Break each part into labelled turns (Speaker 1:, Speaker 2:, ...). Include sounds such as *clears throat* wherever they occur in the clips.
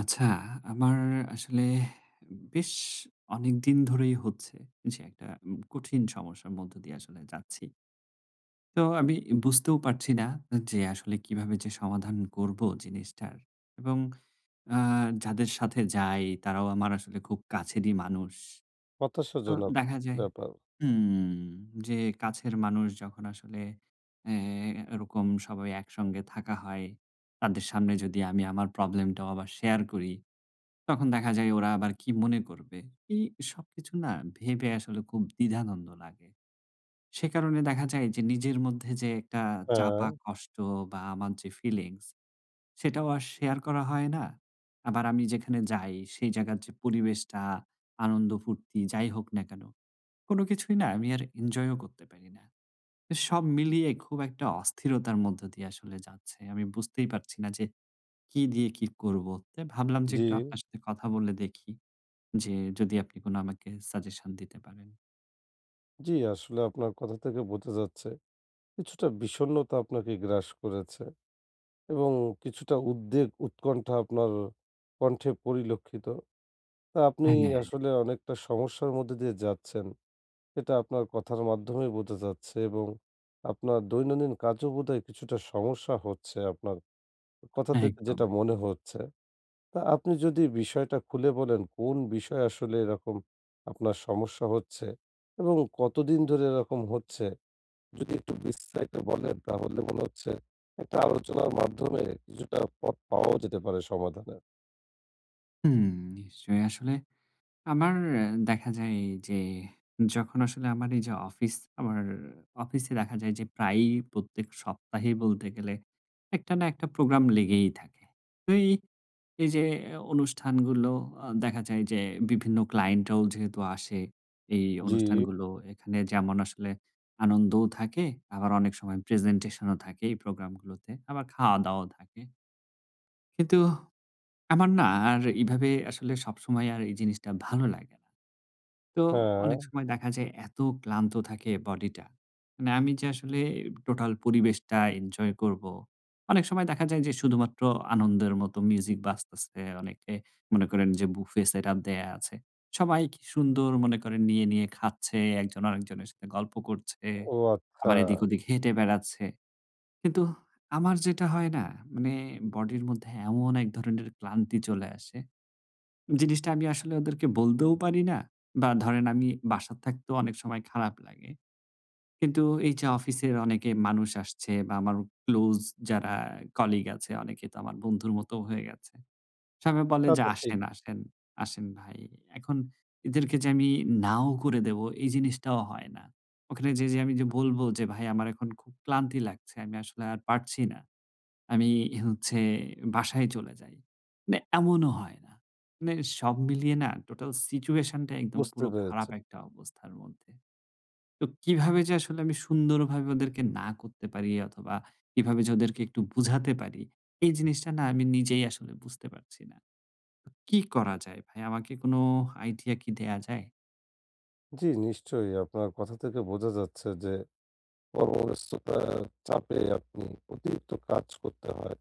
Speaker 1: আচ্ছা, আমার আসলে বেশ অনেকদিন ধরেই হচ্ছে যে একটা কঠিন সমস্যার মধ্য দিয়ে আসলে যাচ্ছি। তো আমি বুঝতেও পারছি না যে আসলে কিভাবে যে সমাধান করব জিনিসটার এবং আ যাদের সাথে যাই তারাও আমার আসলে খুব কাছেরই মানুষ। তো
Speaker 2: হতাশাজনক
Speaker 1: দেখা যায়
Speaker 2: ব্যাপার।
Speaker 1: হুম, যে কাছের মানুষ যখন আসলে অ্যা এরকম সবাই একসঙ্গে থাকা হয়, তাদের সামনে যদি আমি আমার প্রবলেমটাও আবার শেয়ার করি তখন দেখা যায় ওরা আবার কি মনে করবে? এই সবকিছু না ভেবে আসলে খুব দ্বিধাদ্বন্দ্ব লাগে। সে কারণে দেখা যায় যে নিজের মধ্যে যে একটা
Speaker 2: হ্যাঁ,
Speaker 1: চাপা কষ্ট বা আমার যে ফিলিংস সেটাও আর শেয়ার করা হয় না। আবার আমি যেখানে যাই সেই জায়গার যে পরিবেশটা, আনন্দ ফুর্তি যাই হোক না কেন, কোনো কিছুই না আমি আর এনজয়ও করতে পারি না। তো সব মিলিয়ে খুব একটা অস্থিরতার মধ্য দিয়ে আসলে যাচ্ছে। আমি বুঝতেই পারছি না যে কি দিয়ে কি করব? তাই ভাবলাম যে
Speaker 2: জি,
Speaker 1: একটু আপনার সাথে কথা বলে দেখি। যে যদি আপনি কোনো আমাকে সাজেশন দিতে পারেন।
Speaker 2: জি, আসলে আপনার কথা থেকে বোঝা যাচ্ছে কিছুটা বিষণ্ণতা আপনাকে গ্রাস করেছে এবং কিছুটা উদ্বেগ, উৎকণ্ঠা আপনার কণ্ঠে পরিলক্ষিত। তা আপনি
Speaker 1: হ্যাঁ।
Speaker 2: আসলে অনেকটা সমস্যার মধ্যে দিয়ে যাচ্ছেন। এটা আপনার কথার মাধ্যমেই বোঝা যাচ্ছে এবং আপনার দৈনন্দিন কাজেও বোধহয় কিছুটা সমস্যা হচ্ছে আপনার কথা
Speaker 1: হ্যাঁ,
Speaker 2: থেকে
Speaker 1: একদম,
Speaker 2: যেটা মনে
Speaker 1: একদম।
Speaker 2: হচ্ছে। তা আপনি যদি বিষয়টা খুলে বলেন কোন বিষয় আসলে এরকম আপনার সমস্যা হচ্ছে এবং কতদিন ধরে এরকম হচ্ছে যদি একটু বিস্তারিত বলেন তাহলে মনে হচ্ছে একটা আলোচনার মাধ্যমে কিছুটা পথ পাওয়াও যেতে পারে সমাধানের।
Speaker 1: হুম, নিশ্চয়ই আসলে আমার দেখা যায় যে যখন আসলে আমার এই যে অফিস, আমার অফিসে দেখা যায় যে প্রায়ই প্রত্যেক সপ্তাহেই বলতে গেলে একটা না একটা প্রোগ্রাম লেগেই থাকে। তো এই যে অনুষ্ঠানগুলো দেখা যায় যে বিভিন্ন ক্লায়েন্টরাও যেহেতু আসে এই
Speaker 2: জি।
Speaker 1: অনুষ্ঠানগুলো, এখানে যেমন আসলে আনন্দও থাকে, আবার অনেক সময় প্রেজেন্টেশনও থাকে এই প্রোগ্রামগুলোতে, আবার খাওয়া-দাওয়াও থাকে। কিন্তু আমার না আর এভাবে আসলে সবসময় আর এই জিনিসটা ভালো লাগে না। তো অনেক
Speaker 2: হ্যাঁ,
Speaker 1: সময় দেখা যায় এত ক্লান্ত থাকে বডিটা। মানে আমি যে আসলে টোটাল পরিবেশটা এনজয় করব। অনেক সময় দেখা যায় যে শুধুমাত্র আনন্দের মতো মিউজিক বাজতেছে। অনেকে মনে করেন যে বুফে সেটআপ দেয়া আছে। সবাই কি সুন্দর মনে করেন নিয়ে, নিয়ে খাচ্ছে। একজন আরেকজনের সাথে গল্প করছে।
Speaker 2: ও আচ্ছা।
Speaker 1: আবার এদিক ওদিক হেঁটে বেড়াচ্ছে। কিন্তু আমার যেটা হয় না মানে বডির মধ্যে এমন এক ধরনের ক্লান্তি চলে আসে জিনিসটা আমি আসলে ওদেরকে বলতেও পারি না। বা ধরেন আমি বাসা থাকতেও অনেক সময় খারাপ লাগে। কিন্তু এই যে অফিসের অনেকে মানুষ আসছে বা আমার ক্লোজ যারা কলিগ আছে অনেকে তো আমার বন্ধুর মতো হয়ে গেছে। সবাই বলে
Speaker 2: তা
Speaker 1: যে,
Speaker 2: তো ঠিক
Speaker 1: "আসেন, আসেন, আসেন ভাই।" এখন এদেরকে যে আমি নাও করে দেব এই জিনিসটাও হয় না। ওখানে যে আমি যে বলব যে, "ভাই আমার এখন খুব ক্লান্তি লাগছে। আমি আসলে আর পারছি না।" আমি হচ্ছে বাসায় চলে যাই। মানে এমনও হয় না। মানে সব মিলিয়ে না টোটাল সিচুয়েশন টা একদম
Speaker 2: বুঝতে
Speaker 1: পুরো খারাপ
Speaker 2: পেরেছি।
Speaker 1: একটা অবস্থার মধ্যে। তো কিভাবে যে আসলে আমি সুন্দরভাবে ওদেরকে না করতে পারি অথবা কিভাবে যে ওদেরকে একটু বুঝাতে পারি, এই জিনিসটা না আমি নিজেই আসলে বুঝতে পারছি না। তো কি করা যায় ভাই? আমাকে কোনো আইডিয়া কি দেয়া যায়?
Speaker 2: জি, নিশ্চয়ই আপনার কথা থেকে বোঝা যাচ্ছে যে কর্মব্যস্ততার চাপে আপনি অতিরিক্ত কাজ করতে হয়।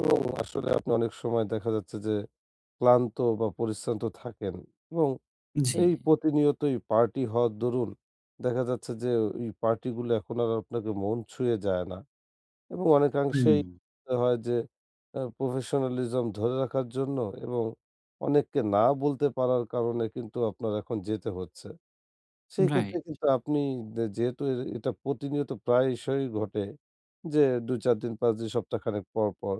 Speaker 2: এবং আসলে আপনি অনেক সময় দেখা যাচ্ছে যে ক্লান্ত বা পরিশ্রান্ত থাকেন এবং
Speaker 1: জি।
Speaker 2: এই প্রতিনিয়তই পার্টি হওয়ার দরুন দেখা যাচ্ছে যে ওই পার্টিগুলো এখন আর আপনাকে মন ছুঁয়ে যায় না এবং
Speaker 1: হুম,
Speaker 2: অনেকাংশেই হয় যে প্রফেশনালিজম ধরে রাখার জন্য এবং অনেককে না বলতে পারার কারণে কিন্তু আপনার এখন যেতে হচ্ছে। সেই ক্ষেত্রে
Speaker 1: রাইট।
Speaker 2: কিন্তু আপনি যেহেতু এটা প্রতিনিয়ত প্রায়শই ঘটে যে ২, ৪ দিন, ৫ দিন, সপ্তাহখানেক পর, পর।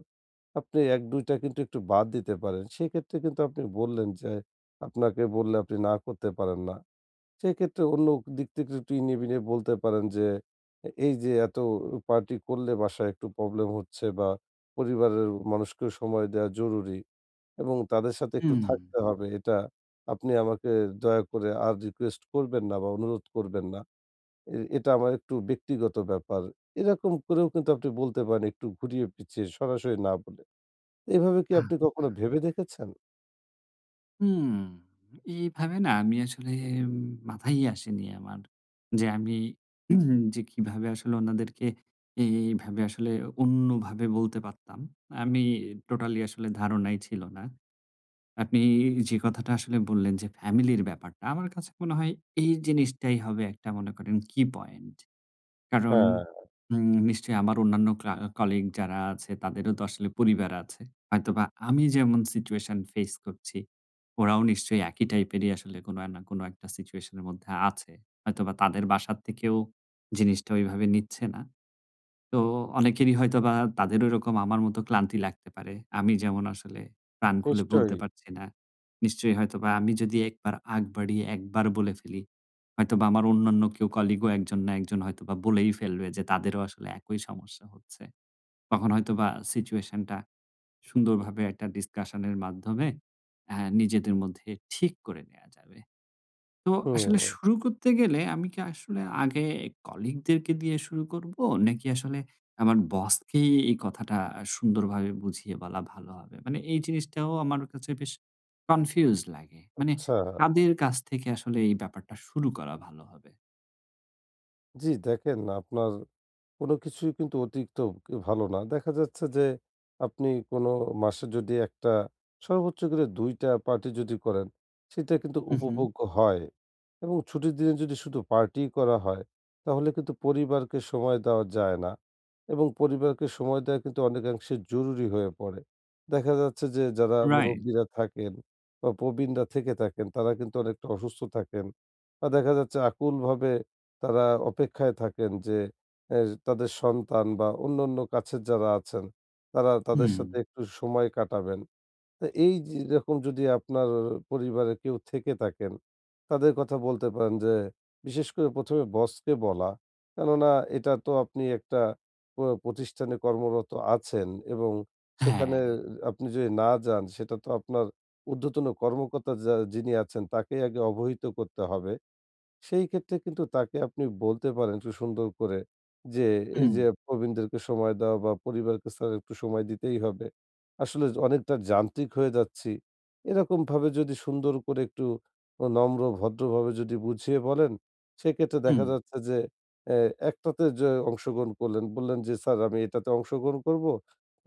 Speaker 2: আপনি ১-২ টা কিন্তু একটু বাদ দিতে পারেন। সেক্ষেত্রে কিন্তু আপনি বললেন যে, আপনাকে বললে আপনি না করতে পারেন না। সেক্ষেত্রে অন্য দিক থেকে একটু ইনিয়ে বিনিয়ে বলতে পারেন যে, এই যে এত পার্টি করলে বাসায় একটু প্রবলেম হচ্ছে বা পরিবারের মানুষকেও সময় দেওয়া জরুরি এবং তাদের সাথে একটু
Speaker 1: হুম।
Speaker 2: থাকতে হবে। এটা আপনি আমাকে দয়া করে আর রিকোয়েস্ট করবেন না বা অনুরোধ করবেন না। এটা আমার একটু ব্যক্তিগত ব্যাপার। এরকম করেও কিন্তু আপনি বলতে পারেন একটু ঘুরিয়ে পিছিয়ে সরাসরি না বলে। এভাবে কি আপনি
Speaker 1: আচ্ছা।
Speaker 2: কখনো ভেবে দেখেছেন?
Speaker 1: হুম, এইভাবে না আমি আসলে মাথায়ই আসেনি আমার। যে আমি *clears throat* যে কিভাবে আসলে ওনাদেরকে এই এইভাবে আসলে অন্যভাবে বলতে পারতাম। আমি টোটালি আসলে ধারণাই ছিল না। আপনি যে কথাটা আসলে বললেন যে ফ্যামিলির ব্যাপারটা, আমার কাছে মনে হয় এই জিনিসটাই হবে একটা মনে করেন কি পয়েন্ট। কারণ
Speaker 2: হ্যাঁ,
Speaker 1: নিশ্চয়ই আমার অন্যান্য কলিগ যারা আছে তাদেরও তো আসলে পরিবার আছে। হয়তোবা আমি যেমন সিচুয়েশন ফেস করছি, ওরাও নিশ্চয়ই একই টাইপেরই আসলে কোনো না কোনো একটা সিচুয়েশন এর মধ্যে আছে। হয়তোবা তাদের বাসার থেকেও জিনিসটা ওইভাবে নিচ্ছে না। তো অনেকেরই হয়তোবা তাদেরও এরকম আমার মতো ক্লান্তি লাগতে পারে। আমি যেমন আসলে প্রাণ খুলে বলতে
Speaker 2: নিশ্চয়ই।
Speaker 1: পারছি না। নিশ্চয়ই হয়তোবা আমি যদি একবার আগ বাড়িয়ে একবার বলে ফেলি, হয়তোবা আমার অন্যান্য কেউ কলিগও একজন না একজন হয়তোবা বলেই ফেলবে যে তাদেরও আসলে একই সমস্যা হচ্ছে। তখন হয়তোবা সিচুয়েশনটা সুন্দরভাবে একটা ডিসকাশন এর মাধ্যমে নিজেদের মধ্যে ঠিক করে নেয়া যাবে। তো আসলে
Speaker 2: হুম,
Speaker 1: শুরু করতে গেলে আমি কি আসলে আগে কলিগদেরকে দিয়ে শুরু করব? নাকি আসলে আমার বসকেই এই কথাটা সুন্দরভাবে বুঝিয়ে বলা ভালো হবে? মানে এই জিনিসটাও আমার কাছে বেশ কনফিউজ লাগে। মানে
Speaker 2: আচ্ছা।
Speaker 1: কাদের কাছ থেকে আসলে এই ব্যাপারটা শুরু করা ভালো হবে?
Speaker 2: জি, দেখেন আপনার কোনো কিছুই কিন্তু অতিরিক্ত ভালো না। দেখা যাচ্ছে যে আপনি কোনো মাসে যদি একটা সর্বোচ্চ করে ২ টা পার্টি যদি করেন, সেটা কিন্তু
Speaker 1: হু, হু।
Speaker 2: উপভোগ্য হয় এবং ছুটির দিনে যদি শুধু পার্টিই করা হয়, তাহলে কিন্তু পরিবারকে সময় দেওয়া যায় না এবং পরিবারকে সময় দেওয়া কিন্তু অনেকাংশে জরুরি হয়ে পড়ে। দেখা যাচ্ছে যে যারা
Speaker 1: রাইট।
Speaker 2: মুরব্বিরা থাকেন বা প্রবীণরা থেকে থাকেন, তারা কিন্তু অনেকটা অসুস্থ থাকেন বা দেখা যাচ্ছে আকুলভাবে তারা অপেক্ষায় থাকেন যে এ তাদের সন্তান বা অন্যান্য কাছের যারা আছেন, তারা তাদের
Speaker 1: হুম।
Speaker 2: সাথে একটু সময় কাটাবেন। তো এই যে এরকম যদি আপনার পরিবারে কেউ থেকে থাকেন, তাদের কথা বলতে পারেন যে বিশেষ করে ১ম বসকে বলা। কেননা এটা তো আপনি একটা প প্রতিষ্ঠানে কর্মরত আছেন এবং সেখানে
Speaker 1: হ্যাঁ।
Speaker 2: আপনি যদি না যান সেটা তো আপনার ঊর্ধ্বতন কর্মকর্তা যিনি আছেন তাকেই আগে অবহিত করতে হবে। সেই ক্ষেত্রে কিন্তু তাকে আপনি বলতে পারেন একটু সুন্দর করে যে, এই
Speaker 1: হুম,
Speaker 2: যে প্রবীণদেরকে সময় দেওয়া বা পরিবারকে স্যার একটু সময় দিতেই হবে। আসলে অনেকটা যান্ত্রিক হয়ে যাচ্ছি। এরকমভাবে যদি সুন্দর করে একটু নম্র ভদ্রভাবে যদি বুঝিয়ে বলেন, সেক্ষেত্রে
Speaker 1: হুম।
Speaker 2: দেখা যাচ্ছে যে এ একটাতে যে অংশগ্রহণ করলেন, বললেন যে, "স্যার আমি এটাতে অংশগ্রহণ করব।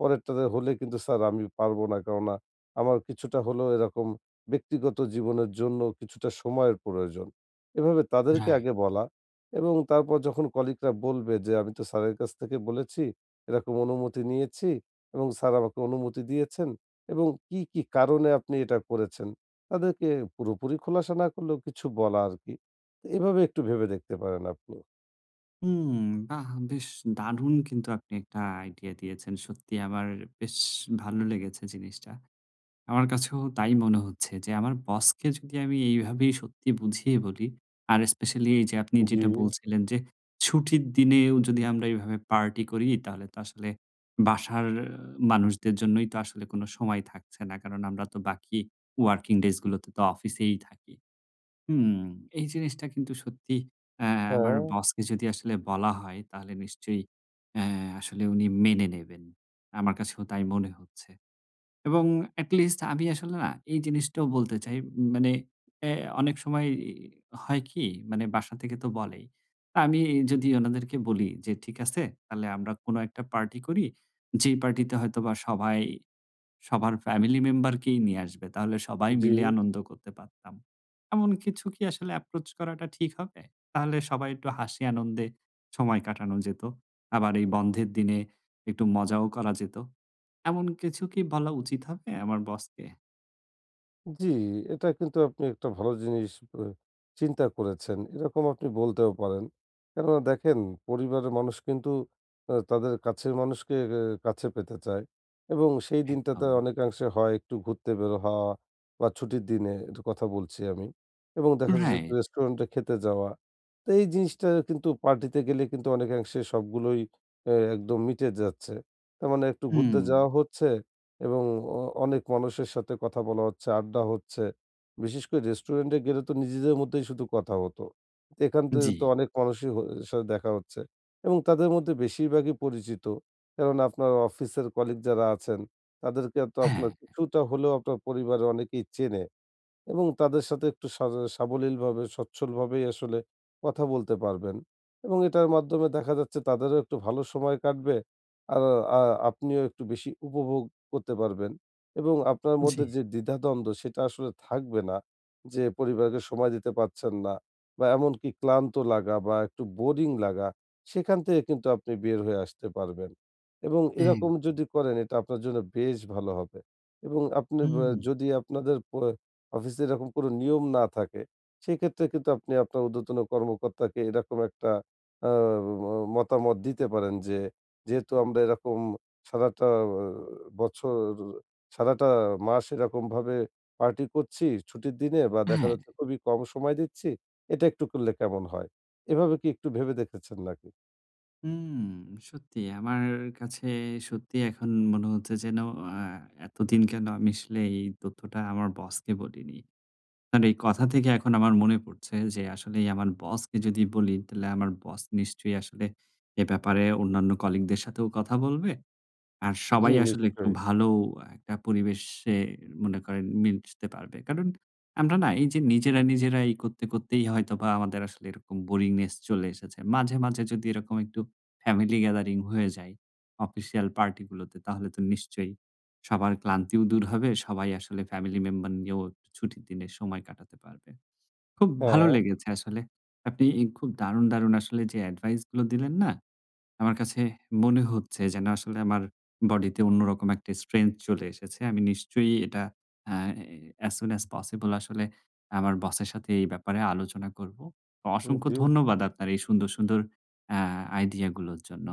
Speaker 2: পরেরটাতে হলে কিন্তু স্যার আমি পারব না। কেননা আমার কিছুটা হলেও এরকম ব্যক্তিগত জীবনের জন্য কিছুটা সময়ের প্রয়োজন।" এভাবে তাদেরকে
Speaker 1: রাইট।
Speaker 2: আগে বলা এবং তারপর যখন কলিগরা বলবে যে, "আমি তো স্যারের কাছ থেকে বলেছি, এরকম অনুমতি নিয়েছি এবং স্যার আমাকে অনুমতি দিয়েছেন এবং কি, কি কারণে আপনি এটা করেছেন?" তাদেরকে পুরোপুরি খোলাসা না করলেও কিছু বলা আরকি। এভাবে একটু ভেবে দেখতে পারেন আপনি।
Speaker 1: হুম, বাহ! বেশ দারুণ কিন্তু আপনি একটা আইডিয়া দিয়েছেন। সত্যি আমার বেশ ভালো লেগেছে জিনিসটা। আমার কাছেও তাই মনে হচ্ছে যে আমার বসকে যদি আমি এইভাবেই সত্যি বুঝিয়ে বলি আর স্পেশালি এই যে আপনি
Speaker 2: জি,
Speaker 1: যেটা বলছিলেন যে ছুটির দিনেও যদি আমরা এভাবে পার্টি করি তাহলে তো আসলে বাসার মানুষদের জন্যই তো আসলে কোনো সময় থাকছে না। কারণ আমরা তো বাকি ওয়ার্কিং ডেজ গুলোতে তো অফিসেই থাকি। হুম, এই জিনিসটা কিন্তু সত্যি অ্যা আমার
Speaker 2: হ্যাঁ,
Speaker 1: বসকে যদি আসলে বলা হয় তাহলে নিশ্চয়ই অ্যা আসলে উনি মেনে নেবেন। আমার কাছেও তাই মনে হচ্ছে। এবং at least আমি আসলে না এই জিনিসটাও বলতে চাই। মানে এ অনেক সময় হয় কি মানে বাসা থেকে তো বলেই। তা আমি যদি ওনাদেরকে বলি যে, "ঠিক আছে, তাহলে আমরা কোনো একটা পার্টি করি। যেই পার্টিতে হয়তোবা সবাই সবার ফ্যামিলি মেম্বারকেই নিয়ে আসবে। তাহলে সবাই
Speaker 2: জি।
Speaker 1: মিলে আনন্দ করতে পারতাম।" এমন কিছু কি আসলে approach করাটা ঠিক হবে? তাহলে সবাই একটু হাসি আনন্দে সময় কাটানো যেত। আবার এই বন্ধের দিনে একটু মজাও করা যেত। এমন কিছু কি বলা উচিত হবে আমার বসকে?
Speaker 2: জি, এটা কিন্তু আপনি একটা ভালো জিনিস চিন্তা করেছেন। এরকম আপনি বলতেও পারেন। কেননা দেখেন পরিবারের মানুষ কিন্তু তাদের কাছের মানুষকে কাছে পেতে চায় এবং সেই দিনটাতে
Speaker 1: একদম।
Speaker 2: অনেকাংশে হয় একটু ঘুরতে বের হওয়া বা ছুটির দিনে এর কথা বলছি আমি এবং দেখা যাচ্ছে একটু
Speaker 1: রাইট।
Speaker 2: রেস্টুরেন্টে খেতে যাওয়া। তো এই জিনিসটা কিন্তু পার্টিতে গেলে কিন্তু অনেকাংশে সবগুলোই একদম মিটে যাচ্ছে। তার মানে একটু ঘুরতে
Speaker 1: হুম।
Speaker 2: যাওয়া হচ্ছে এবং অ অনেক মানুষের সাথে কথা বলা হচ্ছে, আড্ডা হচ্ছে। বিশেষ করে রেস্টুরেন্টে গেলে তো নিজেদের মধ্যেই শুধু কথা হতো। এখান থেকে
Speaker 1: জি।
Speaker 2: তো অনেক মানুষই সাথে দেখা হচ্ছে এবং তাদের মধ্যে বেশিরভাগই পরিচিত। কারণ আপনার অফিসের কলিগ যারা আছেন, তাদেরকে তো
Speaker 1: হ্যাঁ।
Speaker 2: আপনার কিছুটা হলেও আপনার পরিবারের অনেকেই চেনে। এবং তাদের সাথে একটু সাবলীলভাবে, সচ্ছলভাবেই আসলে কথা বলতে পারবেন এবং এটার মাধ্যমে দেখা যাচ্ছে তাদেরও একটু ভালো সময় কাটবে। আর আ আপনিও একটু বেশি উপভোগ করতে পারবেন এবং আপনার
Speaker 1: জি।
Speaker 2: মধ্যে যে দ্বিধাদ্বন্দ্ব সেটা আসলে থাকবে না যে পরিবারকে সময় দিতে পারছেন না বা এমনকি ক্লান্ত লাগা বা একটু বোরিং লাগা, সেখান থেকে কিন্তু আপনি বের হয়ে আসতে পারবেন এবং
Speaker 1: এক
Speaker 2: এরকম যদি করেন এটা আপনার জন্য বেশ ভালো হবে এবং আপনি
Speaker 1: হুম।
Speaker 2: যদি আপনাদের অফিসে এরকম কোনো নিয়ম না থাকে, সেক্ষেত্রে কিন্তু আপনি আপনার ঊর্ধ্বতন কর্মকর্তাকে এরকম একটা আ ম মতামত দিতে পারেন যে, যেহেতু আমরা এরকম সারাটা বছর, সারাটা মাস এরকমভাবে পার্টি করছি ছুটির দিনে বা দেখা
Speaker 1: হ্যাঁ।
Speaker 2: যাচ্ছে খুবই কম সময় দিচ্ছি, এটা একটু করলে কেমন হয়? এভাবে কি একটু ভেবে দেখেছেন নাকি?
Speaker 1: হুম। সত্যি আমার কাছে সত্যি এখন মনে হচ্ছে যেন আ এতদিন কেন আমি আসলে এই তথ্যটা আমার বসকে বলিনি। তার এই কথা থেকে এখন আমার মনে পড়ছে যে আসলেই আমার বসকে যদি বলি তাহলে আমার বস নিশ্চয়ই আসলে এ ব্যাপারে অন্যান্য কলিগদের সাথেও কথা বলবে। আর
Speaker 2: জি,
Speaker 1: সবাই আসলে একটু
Speaker 2: নিশ্চয়ই।
Speaker 1: ভালো একটা পরিবেশে মনে করেন মিশতে পারবে। কারণ আমরা না এই যে নিজেরা, নিজেরা এই করতে, করতেই হয়তোবা আমাদের আসলে এরকম বোরিংনেস চলে এসেছে। মাঝে, মাঝে যদি এরকম একটু ফ্যামিলি গ্যাদারিং হয়ে যায় অফিসিয়াল পার্টিগুলোতে তাহলে তো নিশ্চয়ই সবার ক্লান্তিও দূর হবে। সবাই আসলে ফ্যামিলি মেম্বার নিয়েও একটু ছুটির দিনে সময় কাটাতে পারবে। খুব ভালো
Speaker 2: হ্যাঁ,
Speaker 1: লেগেছে আসলে। আপনি এই খুব দারুণ, দারুণ আসলে যে অ্যাডভাইস গুলো দিলেন না? আমার কাছে মনে হচ্ছে যেন আসলে আমার বডিতে অন্যরকম একটা স্ট্রেংথ চলে এসেছে। আমি নিশ্চয়ই এটা আ as soon as possible আসলে আমার বসের সাথে এই ব্যাপারে আলোচনা করব। তো অসংখ্য
Speaker 2: জি।
Speaker 1: ধন্যবাদ আপনার এই সুন্দর, সুন্দর আ আইডিয়া গুলোর জন্য।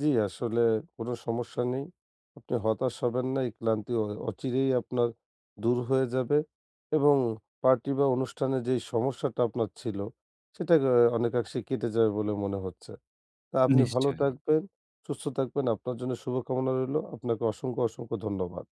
Speaker 2: জি, আসলে কোনো সমস্যা নেই। আপনি হতাশ হবেন না। এই ক্লান্তি অচিরেই আপনার দূর হয়ে যাবে এবং পার্টি বা অনুষ্ঠানে যেই সমস্যাটা আপনার ছিল, সেটা অনেকাংশে কেটে যাবে বলে মনে হচ্ছে। তা আপনি ভালো
Speaker 1: নিশ্চয়ই।
Speaker 2: থাকবেন, সুস্থ থাকবেন। আপনার জন্য শুভকামনা রইলো। আপনাকে অসংখ্য, অসংখ্য ধন্যবাদ।